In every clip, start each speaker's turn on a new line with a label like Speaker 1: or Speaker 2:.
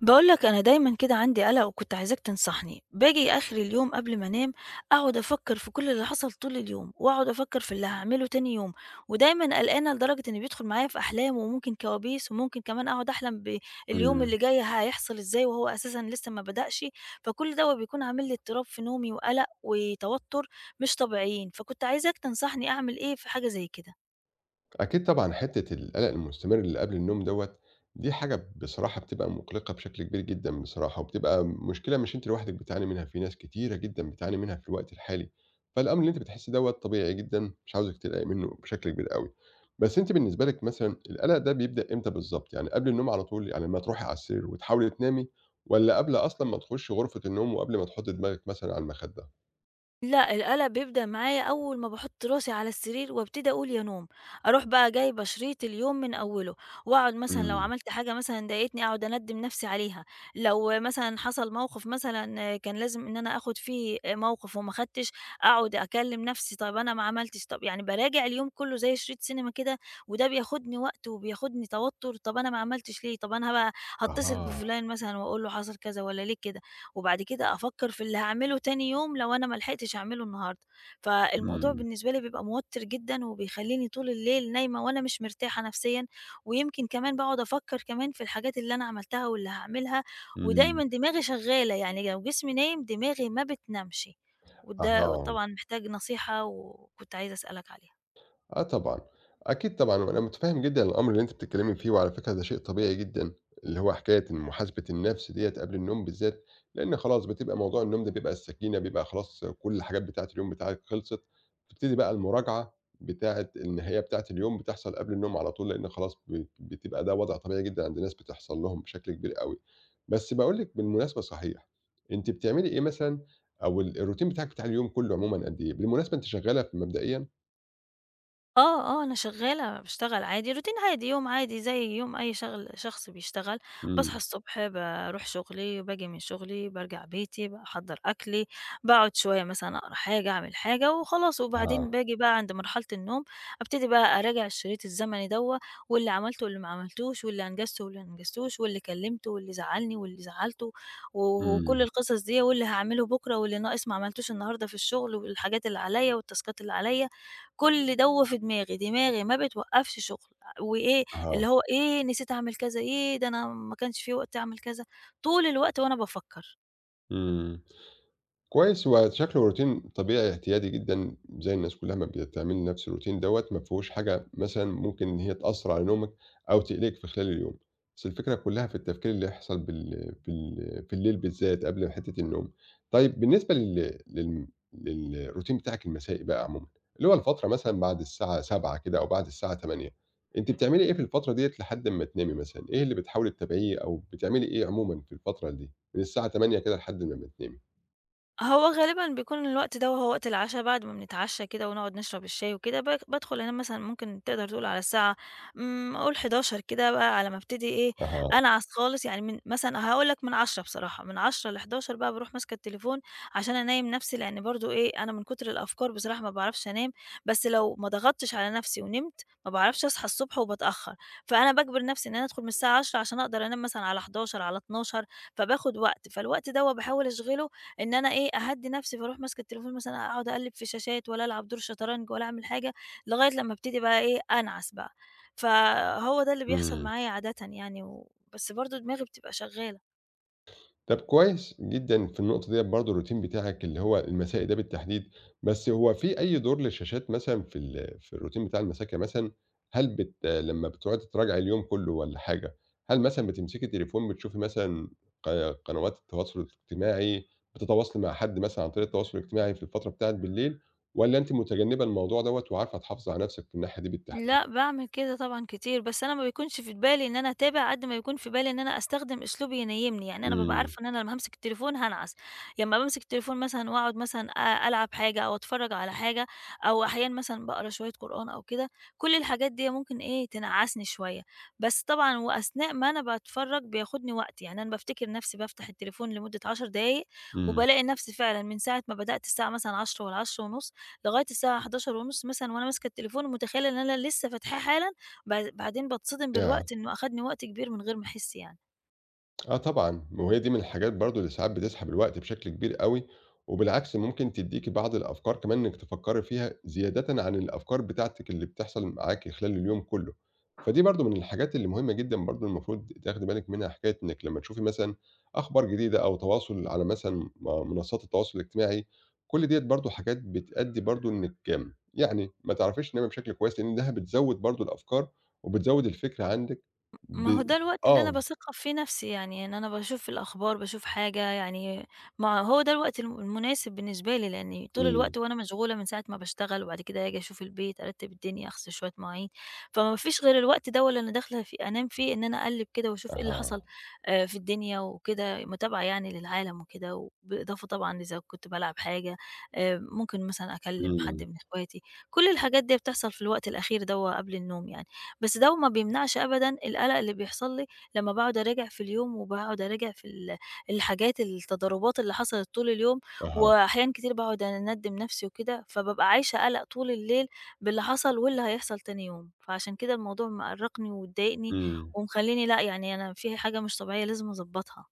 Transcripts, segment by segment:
Speaker 1: بقولك أنا دايمًا كده عندي قلق وكنت عايزاك تنصحني، باجي آخر اليوم قبل ما أنام أقعد أفكر في كل اللي حصل طول اليوم، وأقعد أفكر في اللي هاعمله تاني يوم، ودايمًا قلقانة لدرجة إن بيدخل معايا في أحلام وممكن كوابيس، وممكن كمان أقعد أحلم باليوم
Speaker 2: إمم.
Speaker 1: اللي جاي هيحصل إزاي وهو أساسًا لسه ما بدأش، فكل دوّة بيكون عامل لي اضطراب في نومي وقلق وتوتر مش طبيعيين، فكنت عايزاك تنصحني أعمل إيه في حاجة زي كده.
Speaker 2: أكيد طبعًا حتّة القلق المستمر اللي قبل النوم دوّة، دي حاجة بصراحة بتبقى مُقلقة بشكل كبير جدًا بصراحة، وبتبقى مشكلة مش أنتِ لوحدِك بتعاني منها، في ناس كتيرة جدًا بتعاني منها في الوقت الحالي، فالأمر اللي أنتِ بتحسّي دوّة طبيعي جدًا، مش عاوزِك تقلقي منّه بشكل كبير أوي. بس أنتِ بالنسبة لِك مثلًا القلق ده بيبدأ إمتى بالضبط؟ يعني قبل النوم على طول، يعني أمّا تروحي على السرير وتحاولي تنامي، والّا قبل أصلًا ما تخشي غرفة النوم وقبل ما تحطّي دماغِك مثلًا على المخدة؟
Speaker 1: لأ، القلق بيبدأ معايا أول ما باحط راسي على السرير وابتدي أقول يا نوم، أروح بقى جايبة شريط اليوم من أوله، وأقعد مثلًا لو
Speaker 2: إمم.
Speaker 1: عملت حاجة مثلًا ضايقتني أقعد أندّم نفسي عليها، لو مثلًا حصل موقف مثلًا كان لازم إن أنا آخد فيه موقف وما خدتش، أقعد أكلم نفسي طب أنا ما عملتش، طب يعني باراجع اليوم كله زي شريط سينما كده، وده بياخدني وقت وبياخدني توتر، طب أنا ما عملتش ليه، طب أنا بقى هاتصل
Speaker 2: أها.
Speaker 1: بفلان مثلًا وأقول له حصل كذا والّا ليه كده. وبعد كده أفكّر في اللي هاعمله تاني يوم لو أنا ما لحقتش أعمله النهارده، فالموضوع
Speaker 2: إمم.
Speaker 1: بالنسبة لي بيبقى موتّر جدًا وبيخلّيني طول الليل نايمة وأنا مش مرتاحة نفسيًا، ويمكن كمان باقعد أفكّر كمان في الحاجات اللي أنا عملتها واللي هاعملها،
Speaker 2: إمم.
Speaker 1: ودايمًا دماغي شغّالة، يعني لو جسمي نايم دماغي ما بتنامش، وده
Speaker 2: أها.
Speaker 1: طبعًا محتاج نصيحة وكنت عايزة أسألك عليها.
Speaker 2: آه طبعًا، أكيد طبعًا، وأنا متفهّم جدًا الأمر اللي أنتِ بتتكلّمي فيه، وعلى فكرة ده شيء طبيعي جدًا، اللي هو حكاية إن محاسبة النَفْس ديّة قبل النوم بالذات، لإن خلاص بتبقى موضوع النوم ده بيبقى السكينة، بيبقى خلاص كل الحاجات بتاعة اليوم بتاعِك خلصت، تبتدي بقى المراجعة بتاعة النهاية بتاعة اليوم بتحصل قبل النوم على طول، لإن خلاص بتبقى ده وضع طبيعي جدًا عند ناس بتحصل لهم بشكل كبير أوي. بس باقول لِك بالمناسبة صحيح، أنتِ بتعملي إيه مثلًا أو ال الroutine بتاعِك بتاع اليوم كُلّه عمومًا قد إيه؟ بالمناسبة أنتِ شغّالة ف مبدئيًا؟
Speaker 1: آه، آه، أنا شغّالة، باشتغل عادي، روتين عادي، يوم عادي زي يوم أي شغل شخص بيشتغل، باصحى
Speaker 2: إمم.
Speaker 1: الصبح باروح شغلي، باجي من شغلي، بارجع بيتي، باحضّر أكلي، باقعد شوية مثلًا أقرا حاجة، أعمل حاجة وخلاص،
Speaker 2: أها.
Speaker 1: وبعدين باجي بقى عند مرحلة النوم، أبتدي بقى أراجع الشريط الزمني دوّة واللي عملته واللي ما عملتوش واللي أنجزته واللي ما أنجزتوش واللي كلّمته واللي زعّلني واللي زعّلته و وكل
Speaker 2: إمم.
Speaker 1: القصص ديّة واللي هاعمله بُكرة واللي ناقص ما عملتوش النهارده في الشغل والحاجات اللي عليّا والتاسكات اللي عليّا. كل دَوّة في دماغي، دماغي ما بتوقّفش شغل، وإيه
Speaker 2: أها.
Speaker 1: اللي هو إيه نسيت أعمل كذا، إيه ده أنا ما كانش في وقت أعمل كذا، طول الوقت وأنا بافكّر.
Speaker 2: إمم. كويس، هو شكله روتين طبيعي اعتيادي جدًا زي الناس كلّها ما بتعمل نفس الروتين دوّة، ما فيهوش حاجة مثلًا ممكن إن هي تأثّر على نومك أو تقلقِك في خلال اليوم، بس الفكرة كلّها في التفكير اللي يحصل بال في ال في الليل بالذات قبل حتّة النوم. طيب بالنسبة لل لل للروتين بتاعِك المسائي بقى عمومًا، اللي هو الفترة مثلًا بعد الساعة 19:00 كده أو بعد الساعة 20:00 أنتِ بتعملي إيه في الفترة ديّة لحد أمّا تنامي مثلًا؟ إيه اللي بتحاولي تتابعيه أو بتعملي إيه عمومًا في الفترة دي من الساعة 20:00 كده لحد لمّا تنامي؟
Speaker 1: هو غالبًا بيكون الوقت ده وهو وقت العشا، بعد ما بنتعشى كده ونقعد نشرب الشاي وكده، بادخل أنام مثلًا ممكن تقدر تقول على الساعة قُل 23:00 كده بقى على ما ابتدي إيه،
Speaker 2: أها.
Speaker 1: أنعس خالص يعني من مثلًا هاقول لك من 22:00 بصراحة، من 22:00 ل23:00 بقى باروح ماسكة التليفون عشان أنيّم نفسي، لإن برضه إيه، أنا من كتر الأفكار بصراحة ما باعرفش أنام، بس لو ما ضغطتش على نفسي ونمت، ما باعرفش أصحى الصبح وباتأخر، فأنا باجبر نفسي إن أنا أدخل من الساعة 22:00 عشان أقدر أنام مثلًا على 23:00 على 00:00، فباخد وقت، فالوقت دوّة باحاول أشغله إن أنا إيه، أهدّي نَفْسي، فاروح ماسكة التليفون مثلًا أقعد أقلِّب في شاشات والّا ألعب دور شطرنج والّا أعمل حاجة، لغاية لمّا ابتدي بقى إيه، أنعس بقى. فهو ده اللي بيحصل
Speaker 2: إمم.
Speaker 1: معايا عادةً يعني و بس برضه دماغي بتبقى شغّالة.
Speaker 2: طب كويس جدًا في النقطة ديّة برضه الروتين بتاعك اللي هو المسائي ده بالتحديد، بس هو في أي دور للشاشات مثلًا في الروتين بتاع المساكة مثلًا؟ هل لمّا بتقعدي تراجعي اليوم كله والّا حاجة، هل مثلًا بتمسكي التليفون بتشوفي مثلًا ق قنوات التواصل الاجتماعي، بتتواصلي مع حد مثلًا عن طريق التواصل الاجتماعي في الفترة بتاعة بالليل، والّا أنتِ متجنبة الموضوع دوّة وعارفة تحافظي على نفسِك في الناحية دي بالتحديد؟
Speaker 1: لأ، باعمل كده طبعًا كتير، بس أنا ما بيكونش في بالي إن أنا أتابع قد ما بيكون في بالي إن أنا أستخدم أسلوب ينيّمني، يعني أنا بابقى
Speaker 2: إمم.
Speaker 1: عارفة إن أنا لمّا هامسك التليفون هانعس، لمّا بامسك التليفون مثلًا وأقعد مثلًا ألعب حاجة أو أتفرّج على حاجة أو أحيانًا مثلًا باقرا شوية قرآن أو كده، كل الحاجات دي ممكن إيه، تنعسني شوية، بس طبعًا وأثناء ما أنا باتفرّج بياخدني وقت، يعني أنا بافتكر نفسي بافتح التليفون لمدة 10 دقايق،
Speaker 2: إمم.
Speaker 1: وبالاقي نفسي فعلًا من ساعة ما بدأت الساعة مثلًا 10:00 والّا 10:30 لغاية الساعة 23:30 مثلًا وأنا ماسكة التليفون ومتخيلة إن أنا لسه فاتحاه حالًا، بعدين باتصدم
Speaker 2: ياه!
Speaker 1: بالوقت إنه أخدني وقت كبير من غير ما أحس يعني.
Speaker 2: اه طبعا وهي دي من الحاجات برضو اللي ساعات بتسحب الوقت بشكل كبير قوي وبالعكس ممكن تديكي بعض الافكار كمان انك تفكري فيها زيادة عن الافكار بتاعتك اللي بتحصل معاكي خلال اليوم كله فدي برضو من الحاجات اللي مهمة جدا برضو المفروض تاخدي بالك منها حكاية انك لما تشوفي مثلا اخبار جديدة او تواصل على مثلا منصات التواصل الاجتماعي كل ديت برضو حاجات بتأدي برضو انك يعني ما تعرفيش تنامي بشكل كويس لان ده بتزود برضو الافكار وبتزود الفكرة عندك
Speaker 1: ما
Speaker 2: ب...
Speaker 1: هو ده الوقت اللي أنا
Speaker 2: اه.
Speaker 1: باثقّف فيه نَفْسي، يعني إن أنا باشوف الأخبار، باشوف حاجة يعني ما هو ده الوقت المناسب بالنسبة لي، لإني طول
Speaker 2: إمم.
Speaker 1: الوقت وأنا مشغولة من ساعة ما باشتغل، وبعد كده آجي أشوف البيت، أرتّب الدنيا، أغسل شوية مواعين، فما فيش غير الوقت دوّة اللي أنا داخلة فيه أنام فيه، إن أنا أقلِّب كده وأشوف إيه اللي حصل
Speaker 2: أها.
Speaker 1: في الدنيا وكده، متابعة يعني للعالم وكده، وبإضافة طبعًا إذا كنت بالعب حاجة، ممكن مثلًا أكلِّم حد
Speaker 2: أمم.
Speaker 1: من إخواتي، كل الحاجات ديّة بتحصل في الوقت الأخير دوّة قبل النوم يعني. بس ده وما بيمنعش أبدًا القلق اللي بيحصل لي لمّا باقعد أراجع في اليوم، وباقعد أراجع في الحاجات التضاربات اللي حصلت طول اليوم،
Speaker 2: أها.
Speaker 1: وأحيان كتير باقعد أندّم نفسي وكده، فبابقى عايشة قلق طول الليل باللي حصل واللي هيحصل تاني يوم، فعشان كده الموضوع مأرّقني ومضايقني
Speaker 2: أمم.
Speaker 1: ومخلّيني لأ، يعني أنا في حاجة مش طبيعية لازم أضبّطها.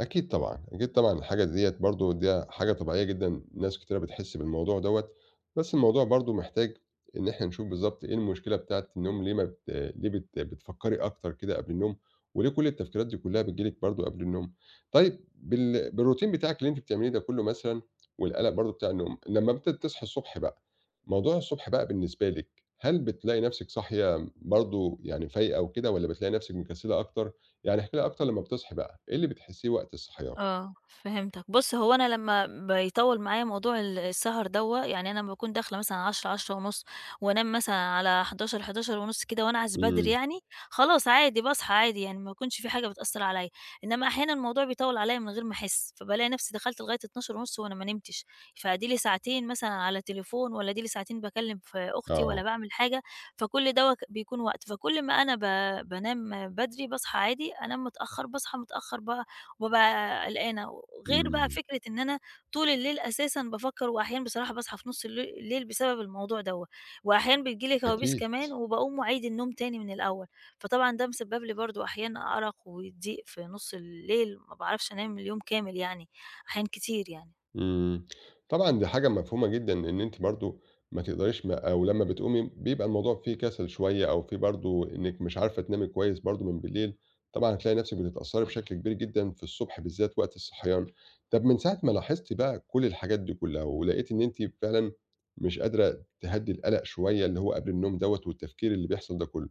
Speaker 2: أكيد طبعًا، أكيد طبعًا الحاجة ديّة برضه دي حاجة طبيعية جدًا، ناس كتيرة بتحس بالموضوع دوّة، بس الموضوع برضه محتاج إن إحنا نشوف بالضبط إيه المشكلة بتاعة النوم ليه ما بت ليه بت بتفكّري أكتر كده قبل النوم، وليه كل التفكيرات دي كلّها بتيجي لِك برضه قبل النوم؟ طيب بالروتين بتاعِك اللي أنتِ بتعمليه ده كلّه مثلًا والقلق برضه بتاع النوم، لمّا تصحي الصبح بقى، موضوع الصبح بقى بالنسبة لِك، هل بتلاقي نَفْسِك صاحية برضه يعني فايقة وكده والّا بتلاقي نَفْسِك مكسّلة أكتر؟ يعني احكي لي أكتر لمّا بتصحي بقى، إيه اللي بتحسيه وقت الصحيان؟
Speaker 1: آه، فهمتك. بُص، هو أنا لمّا بيطوّل معايا موضوع السهر دوّة، يعني أنا لمّا باكون داخلة مثلًا على 22:00، 22:30 وأنام مثلًا على 23:00، 23:30 كده وأنعس بدري
Speaker 2: إمم.
Speaker 1: يعني، خلاص عادي باصحى عادي يعني ما بيكونش في حاجة بتأثّر عليّا، إنّما أحيانًا الموضوع بيطوّل عليّا من غير ما أحس، فبالاقي نَفْسي دخلت لغاية 00:30 وأنا ما نمتش، فأدي لي ساعتين مثلًا على تليفون والّا أدي لي ساعتين باكلّم في أختي
Speaker 2: آه.
Speaker 1: ولا باعمل حاجة، فكل دوّة بيكون وقت، فكل ما أنا بانام بدري باصحى عادي، أنام متأخّر باصحى متأخّر وبابقى قلقانة، غير بقى
Speaker 2: إمم.
Speaker 1: فكرة إن أنا طول الليل أساسًا بافكّر وأحيانًا بصراحة باصحى في نُص الليل بسبب الموضوع دوّة، وأحيانًا بتيجي لي كوابيس
Speaker 2: أكيد.
Speaker 1: كمان وباقوم وأعيد النوم تاني من الأول، فطبعًا ده مسبب لي برضه أحيانًا أرق وضيق في نُص الليل، ما باعرفش أنام اليوم كامل يعني، أحيان كتير يعني.
Speaker 2: إمم. طبعًا دي حاجة مفهومة جدًا، لإن أنتِ برضه ما تقدريش ما أو لمّا بتقومي بيبقى الموضوع فيه كسل شوية أو فيه برضه إنِّك مش عارفة تنامي كويس برضه من بالليل، طبعًا هتلاقي نَفْسِك بتتأثّري بشكل كبير جدًا في الصبح بالذات وقت الصحيان. طَب من ساعة ما لاحظتِ بقى كل الحاجات دي كُلّها ولقيتِ إن أنتِ فعلًا مش قادرة تهدّي القلق شوية اللي هو قبل النوم دوّة والتفكير اللي بيحصل ده كُلّه،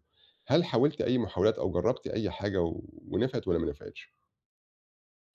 Speaker 2: هل حاولتِ أي محاولات أو جرّبتِ أي حاجة ونفعت والّا ما نفعتش؟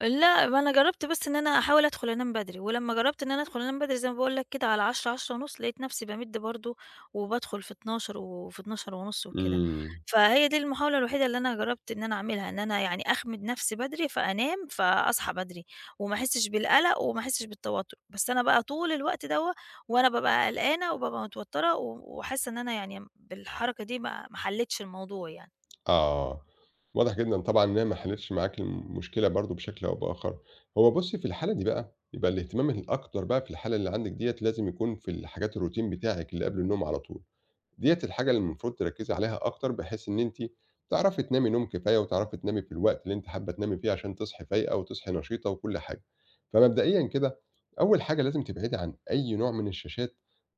Speaker 1: لأ، ما أنا جرّبت بس إن أنا أحاول أدخل أنام بدري، ولمّا جرّبت إن أنا أدخل أنام بدري زي ما باقول لك كده على 22:00، 22:30 لقيت نفسي بامِد برضه وبادخل في 00:00 وفي 00:30 وكده.
Speaker 2: إمم.
Speaker 1: فهي دي المحاولة الوحيدة اللي أنا جرّبت إن أنا أعملها، إن أنا يعني أخمِد نفسي بدري فأنام فأصحى بدري وما أحسّش بالقَلَق وما أحسّش بالتوتُّر. بس أنا بقى طول الوقت دوّة وأنا بابقى قلقانة وبابقى متوتّرة وحاسّة إن أنا يعني بالحركة دي ما حلّيتش الموضوع يعني.
Speaker 2: آه. واضح جدًا طبعًا إن هي ما حلتش معاك المشكلة برضه بشكل أو بآخر. هو بُصّي، في الحالة دي بقى، يبقى الاهتمام الأكتر بقى في الحالة اللي عندِك ديّة لازم يكون في الحاجات الروتين بتاعِك اللي قبل النوم على طول. ديّة الحاجة اللي المفروض تركّزي عليها أكتر، بحيث إن أنتِ تعرفي تنامي نوم كفاية، وتعرفي تنامي في الوقت اللي أنتِ حابة تنامي فيه عشان تصحي فايقة وتصحي نشيطة وكل حاجة. فمبدئيًا كده، أول حاجة لازم تبعدي عن أي نوع من الشاشات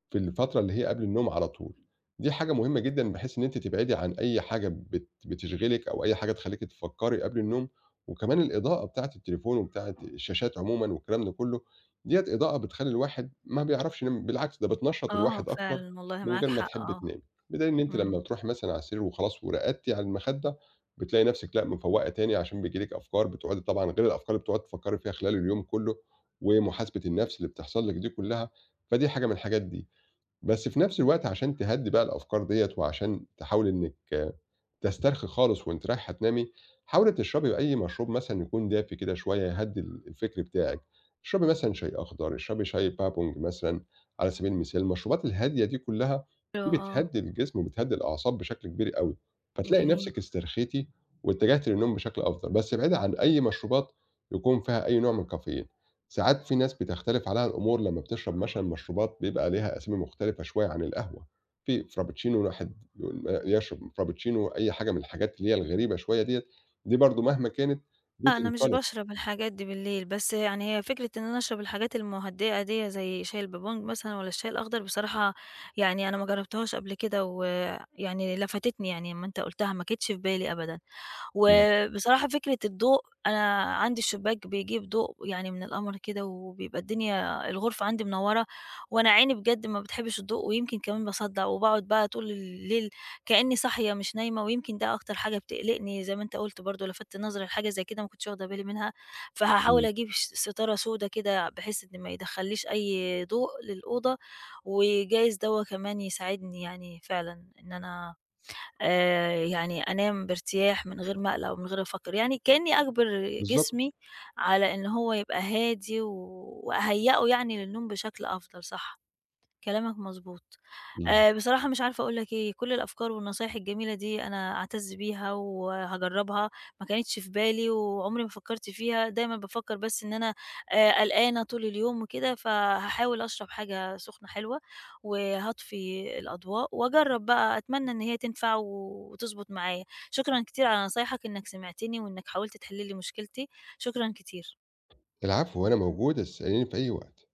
Speaker 2: في الفترة اللي هي قبل النوم على طول، دي حاجة مهمة جدًا بحيث إن أنتِ تبعدي عن أي حاجة بتشغلِك أو أي حاجة تخلّيكِ تفكّري قبل النوم، وكمان الإضاءة بتاعة التليفون وبتاعة الشاشات عمومًا والكلام ده كلّه، ديّة إضاءة بتخلّي الواحد ما بيعرفش ينام، بالعكس ده بتنشّط
Speaker 1: آه،
Speaker 2: الواحد أكتر
Speaker 1: فعلًا والله
Speaker 2: من
Speaker 1: معاك
Speaker 2: غير ما
Speaker 1: حق
Speaker 2: تحبّي
Speaker 1: آه.
Speaker 2: تنامي، بدليل إن أنتِ
Speaker 1: إمم.
Speaker 2: لمّا بتروحي مثلًا على السرير وخلاص ورقدتِ على المخدة، بتلاقي نفسِك لأ مفوّقة تاني عشان بييجي لِك أفكار بتقعدي طبعًا غير الأفكار اللي بتقعدي تفكّري فيها خلال اليوم كلّه، ومحاسبة النفس اللي بتحصل لِك دي كلّها، فدي حاجة من الحاجات دي. بس في نفس الوقت عشان تهدّي بقى الأفكار ديّة وعشان تحاولي إنِّك تسترخي خالص وأنتِ رايحة تنامي، حاولي تشربي أي مشروب مثلًا يكون دافي كده شوية يهدّي ال الفكر بتاعِك، اشربي مثلًا شاي أخضر، اشربي شاي بابونج مثلًا على سبيل المثال، المشروبات الهادية دي كلّها دي
Speaker 1: آه،
Speaker 2: بتهدّي الجسم وبتهدّي الأعصاب بشكل كبير أوي، فتلاقي
Speaker 1: جميل.
Speaker 2: نفسِك استرخيتِ واتجهتِ للنوم بشكل أفضل، بس ابعدي عن أي مشروبات يكون فيها أي نوع من الكافيين. ساعات في ناس بتختلف عليها الأمور لمّا بتشرب مثلًا مشروبات بيبقى ليها أسامي مختلفة شوية عن القهوة، في فرابتشينو الواحد يقول يشرب فرابتشينو أي حاجة من الحاجات اللي هي الغريبة شوية ديّة، دي برضه مهما كانت
Speaker 1: لأ، أنا مش
Speaker 2: بتنطلق.
Speaker 1: باشرب الحاجات دي بالليل، بس يعني هي فكرة إن أنا أشرب الحاجات المُهدِّئة ديّة زي شاي البابونج مثلًا والّا الشاي الأخضر بصراحة يعني أنا ما جرّبتهاش قبل كده ويعني لفتتني يعني أمّا أنت قُلتها ما جِتش في بالي أبدًا.
Speaker 2: إمم.
Speaker 1: وبصراحة فكرة الضوء، أنا عندي الشباك بيجيب ضوء يعني من القمر كده وبيبقى الدنيا الغرفة عندي منوّرة وأنا عيني بجد ما بتحبّش الضوء ويمكن كمان باصدّع وباقعد بقى طول الليل كإني صاحية مش نايمة، ويمكن ده أكتر حاجة بتقلقني زي ما أنت قُلت برضه لَفَتّ نظري لحاجة زي كده ما كنتش واخدة بالي منها، فهاحاول
Speaker 2: إمم.
Speaker 1: أجيب ستارة سودا كده بحيث إن ما يدخّليش أي ضوء للأوضة، وجايز دَوّة كمان يساعدني يعني فعلًا إن أنا يعني أنام بارتياح من غير ما أقلق ومن غير ما أفكّر، يعني كإني أجبر
Speaker 2: بالضبط.
Speaker 1: جسمي على إن هو يبقى هادي وأهيّئه يعني للنوم بشكل أفضل، صح. كلامك مضبوط.
Speaker 2: إمم.
Speaker 1: بصراحة مش عارفة أقول لك إيه، كل الأفكار والنصايح الجميلة دي أنا أعتز بيها وهاجرّبها، ما كانتش في بالي وعمري ما فكّرت فيها، دايمًا بافكّر بس إن أنا قلقانة طول اليوم وكده، فهاحاول أشرب حاجة سُخنة حلوة وهاطفي الأضواء وأجرّب بقى، أتمنى إن هي تنفع وتضبط معايا. شكرًا كتير على نصايحك إنّك سمعتني وإنّك حاولت تحل لي مشكلتي، شكرًا كتير.
Speaker 2: العفو، وأنا موجود، اسأليني في أي وقت.